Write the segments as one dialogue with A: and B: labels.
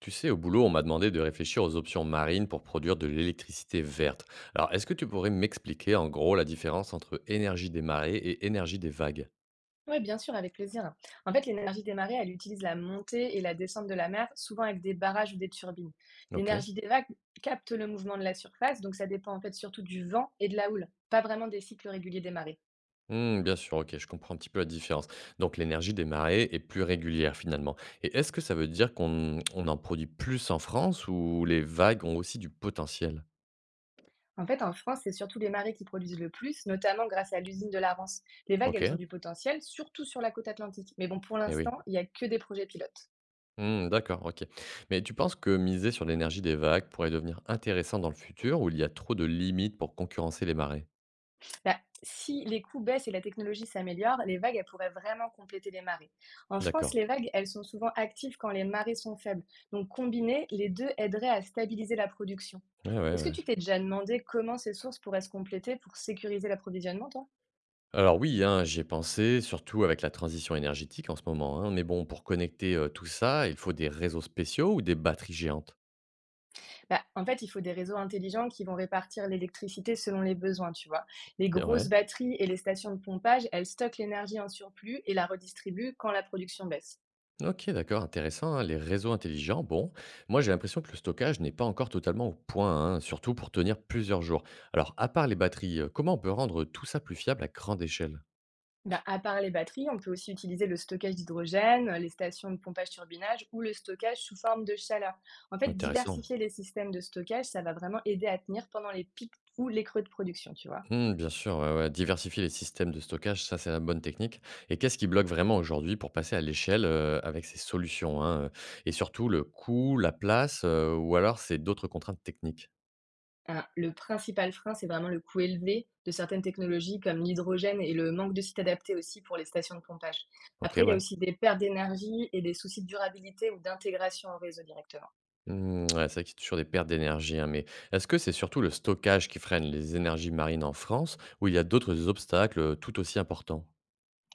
A: Tu sais, au boulot, on m'a demandé de réfléchir aux options marines pour produire de l'électricité verte. Alors, est-ce que tu pourrais m'expliquer en gros la différence entre énergie des marées et énergie des vagues?
B: Ouais, bien sûr, avec plaisir. En fait, l'énergie des marées, elle utilise la montée et la descente de la mer, souvent avec des barrages ou des turbines.
A: Ok.
B: L'énergie des vagues capte le mouvement de la surface, donc ça dépend en fait surtout du vent et de la houle, pas vraiment des cycles réguliers des marées.
A: Hmm, bien sûr, ok, je comprends un petit peu la différence. Donc, l'énergie des marées est plus régulière finalement. Et est-ce que ça veut dire qu'on on en produit plus en France, ou les vagues ont aussi du potentiel?
B: En fait, en France, c'est surtout les marées qui produisent le plus, notamment grâce à l'usine de la Rance. Les vagues,
A: Ok.
B: elles ont du potentiel, surtout sur la côte atlantique. Mais bon, pour
A: Eh oui.
B: l'instant, il n'y a que des projets pilotes.
A: Hmm, d'accord, ok. Mais tu penses que miser sur l'énergie des vagues pourrait devenir intéressant dans le futur, où il y a trop de limites pour concurrencer les marées?
B: Bah, si les coûts baissent et la technologie s'améliore, les vagues, elles pourraient vraiment compléter les marées. En France,
A: D'accord.
B: les vagues, elles sont souvent actives quand les marées sont faibles. Donc, combinées, les deux aideraient à stabiliser la production.
A: Ouais, ouais,
B: Est-ce que
A: ouais.
B: tu t'es déjà demandé comment ces sources pourraient se compléter pour sécuriser l'approvisionnement, toi?
A: Alors oui, hein, j'y ai pensé, surtout avec la transition énergétique en ce moment, hein. Mais bon, pour connecter tout ça, il faut des réseaux spéciaux ou des batteries géantes?
B: Bah, en fait, il faut des réseaux intelligents qui vont répartir l'électricité selon les besoins, tu vois. Les
A: Et ouais.
B: grosses batteries et les stations de pompage, elles stockent l'énergie en surplus et la redistribuent quand la production baisse.
A: Ok, d'accord, intéressant, hein, les réseaux intelligents, bon. Moi, j'ai l'impression que le stockage n'est pas encore totalement au point, hein, surtout pour tenir plusieurs jours. Alors, à part les batteries, comment on peut rendre tout ça plus fiable à grande échelle?
B: Bah, à part les batteries, on peut aussi utiliser le stockage d'hydrogène, les stations de pompage-turbinage ou le stockage sous forme de chaleur. En fait,
A: Intéressant.
B: diversifier les systèmes de stockage, ça va vraiment aider à tenir pendant les pics ou les creux de production, tu vois.
A: Mmh, bien sûr, ouais, ouais. Diversifier les systèmes de stockage, ça, c'est la bonne technique. Et qu'est-ce qui bloque vraiment aujourd'hui pour passer à l'échelle avec ces solutions, hein, et surtout, le coût, la place, ou alors c'est d'autres contraintes techniques?
B: Ah, le principal frein, c'est vraiment le coût élevé de certaines technologies comme l'hydrogène et le manque de sites adaptés aussi pour les stations de pompage.
A: Ok,
B: Après, il y a
A: ouais.
B: aussi des pertes d'énergie et des soucis de durabilité ou d'intégration au réseau directement.
A: Mmh, ouais, c'est vrai qu'il y a toujours des pertes d'énergie, hein, mais est-ce que c'est surtout le stockage qui freine les énergies marines en France, ou il y a d'autres obstacles tout aussi importants?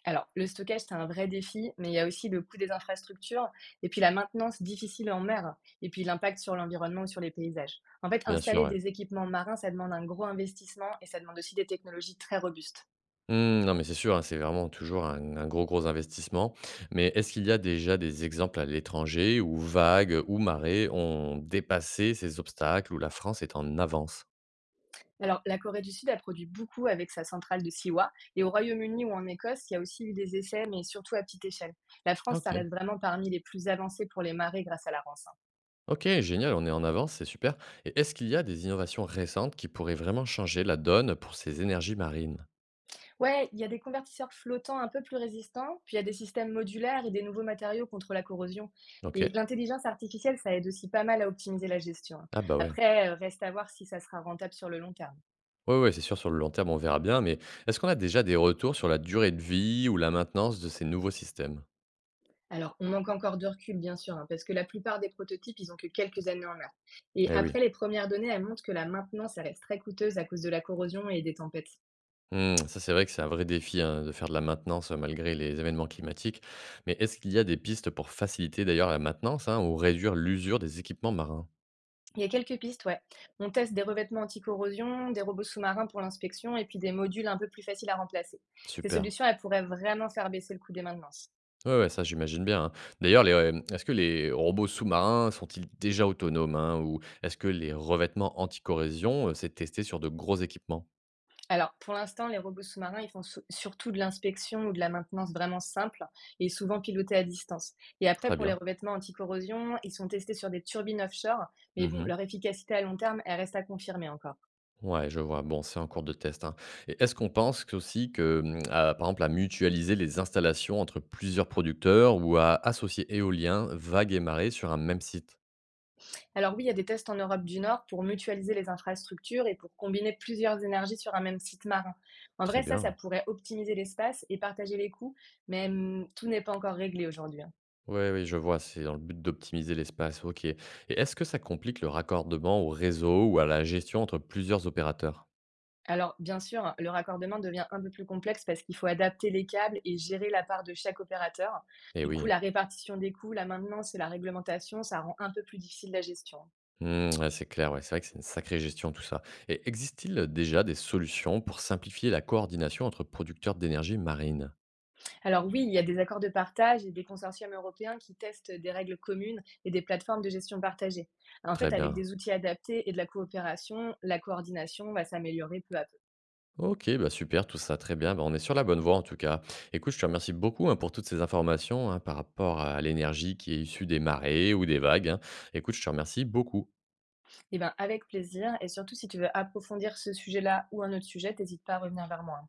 B: Alors, le stockage, c'est un vrai défi, mais il y a aussi le coût des infrastructures et puis la maintenance difficile en mer et puis l'impact sur l'environnement ou sur les paysages. En fait,
A: Bien sûr,
B: installer
A: ouais.
B: des équipements marins, ça demande un gros investissement et ça demande aussi des technologies très robustes.
A: Mmh, non, mais c'est sûr, hein, c'est vraiment toujours un gros, gros investissement. Mais est-ce qu'il y a déjà des exemples à l'étranger où vagues ou marées ont dépassé ces obstacles, où la France est en avance?
B: Alors, la Corée du Sud a produit beaucoup avec sa centrale de Siwa et au Royaume-Uni ou en Écosse, il y a aussi eu des essais, mais surtout à petite échelle. La
A: Ah,
B: France, ça
A: ok.
B: reste vraiment parmi les plus avancés pour les marées grâce à la Rance, hein.
A: Ok, génial, on est en avance, c'est super. Et est-ce qu'il y a des innovations récentes qui pourraient vraiment changer la donne pour ces énergies marines?
B: Ouais, il y a des convertisseurs flottants un peu plus résistants, puis il y a des systèmes modulaires et des nouveaux matériaux contre la corrosion. Et
A: Ok.
B: l'intelligence artificielle, ça aide aussi pas mal à optimiser la gestion, hein.
A: Ah bah, ouais.
B: Après, reste à voir si ça sera rentable sur le long terme.
A: Ouais, ouais, c'est sûr, sur le long terme, on verra bien, mais est-ce qu'on a déjà des retours sur la durée de vie ou la maintenance de ces nouveaux systèmes?
B: Alors, on manque encore de recul, bien sûr, hein, parce que la plupart des prototypes, ils ont que quelques années en mer. Et
A: Eh oui.
B: après, les premières données, elles montrent que la maintenance, elle reste très coûteuse à cause de la corrosion et des tempêtes.
A: Mmh, ça, c'est vrai que c'est un vrai défi, hein, de faire de la maintenance, malgré les événements climatiques. Mais est-ce qu'il y a des pistes pour faciliter d'ailleurs la maintenance, hein, ou réduire l'usure des équipements marins?
B: Il y a quelques pistes, ouais. On teste des revêtements anti-corrosion, des robots sous-marins pour l'inspection et puis des modules un peu plus faciles à remplacer. Ces
A: Super.
B: solutions, elles pourraient vraiment faire baisser le coût des maintenances.
A: Ouais, ouais, ça, j'imagine bien, hein. D'ailleurs, est-ce que les robots sous-marins sont-ils déjà autonomes, hein, ou est-ce que les revêtements anti-corrosion, c'est testé sur de gros équipements?
B: Alors, pour l'instant, les robots sous-marins, ils font surtout de l'inspection ou de la maintenance vraiment simple et souvent pilotés à distance. Et après,
A: Très
B: pour les
A: bien.
B: revêtements anti-corrosion, ils sont testés sur des turbines offshore, mais bon,
A: Mmh.
B: leur efficacité à long terme, elle reste à confirmer encore.
A: Ouais, je vois. Bon, c'est en cours de test, hein. Et est-ce qu'on pense que- aussi que, mmh, à par exemple, à mutualiser les installations entre plusieurs producteurs, ou à associer éolien, vagues et marées sur un même site?
B: Alors oui, il y a des tests en Europe du Nord pour mutualiser les infrastructures et pour combiner plusieurs énergies sur un même site marin. En
A: Très
B: vrai, ça
A: bien.
B: pourrait optimiser l'espace et partager les coûts, mais tout n'est pas encore réglé aujourd'hui, hein.
A: Oui, oui, je vois, c'est dans le but d'optimiser l'espace, ok. Et est-ce que ça complique le raccordement au réseau ou à la gestion entre plusieurs opérateurs?
B: Alors bien sûr, le raccordement devient un peu plus complexe parce qu'il faut adapter les câbles et gérer la part de chaque opérateur.
A: Eh
B: Du coup,
A: oui.
B: la répartition des coûts, la maintenance et la réglementation, ça rend un peu plus difficile la gestion.
A: Mmh, ouais, c'est clair, ouais, c'est vrai que c'est une sacrée gestion tout ça. Et existe-t-il déjà des solutions pour simplifier la coordination entre producteurs d'énergie marine?
B: Alors oui, il y a des accords de partage et des consortiums européens qui testent des règles communes et des plateformes de gestion partagée. En fait,
A: Très
B: avec
A: bien.
B: des outils adaptés et de la coopération, la coordination va s'améliorer peu à peu.
A: Ok, bah super, tout ça très bien. Bah, on est sur la bonne voie en tout cas. Écoute, je te remercie beaucoup, hein, pour toutes ces informations, hein, par rapport à l'énergie qui est issue des marées ou des vagues, hein. Écoute, je te remercie beaucoup.
B: Eh bien, avec plaisir. Et surtout, si tu veux approfondir ce sujet-là ou un autre sujet, n'hésite pas à revenir vers moi.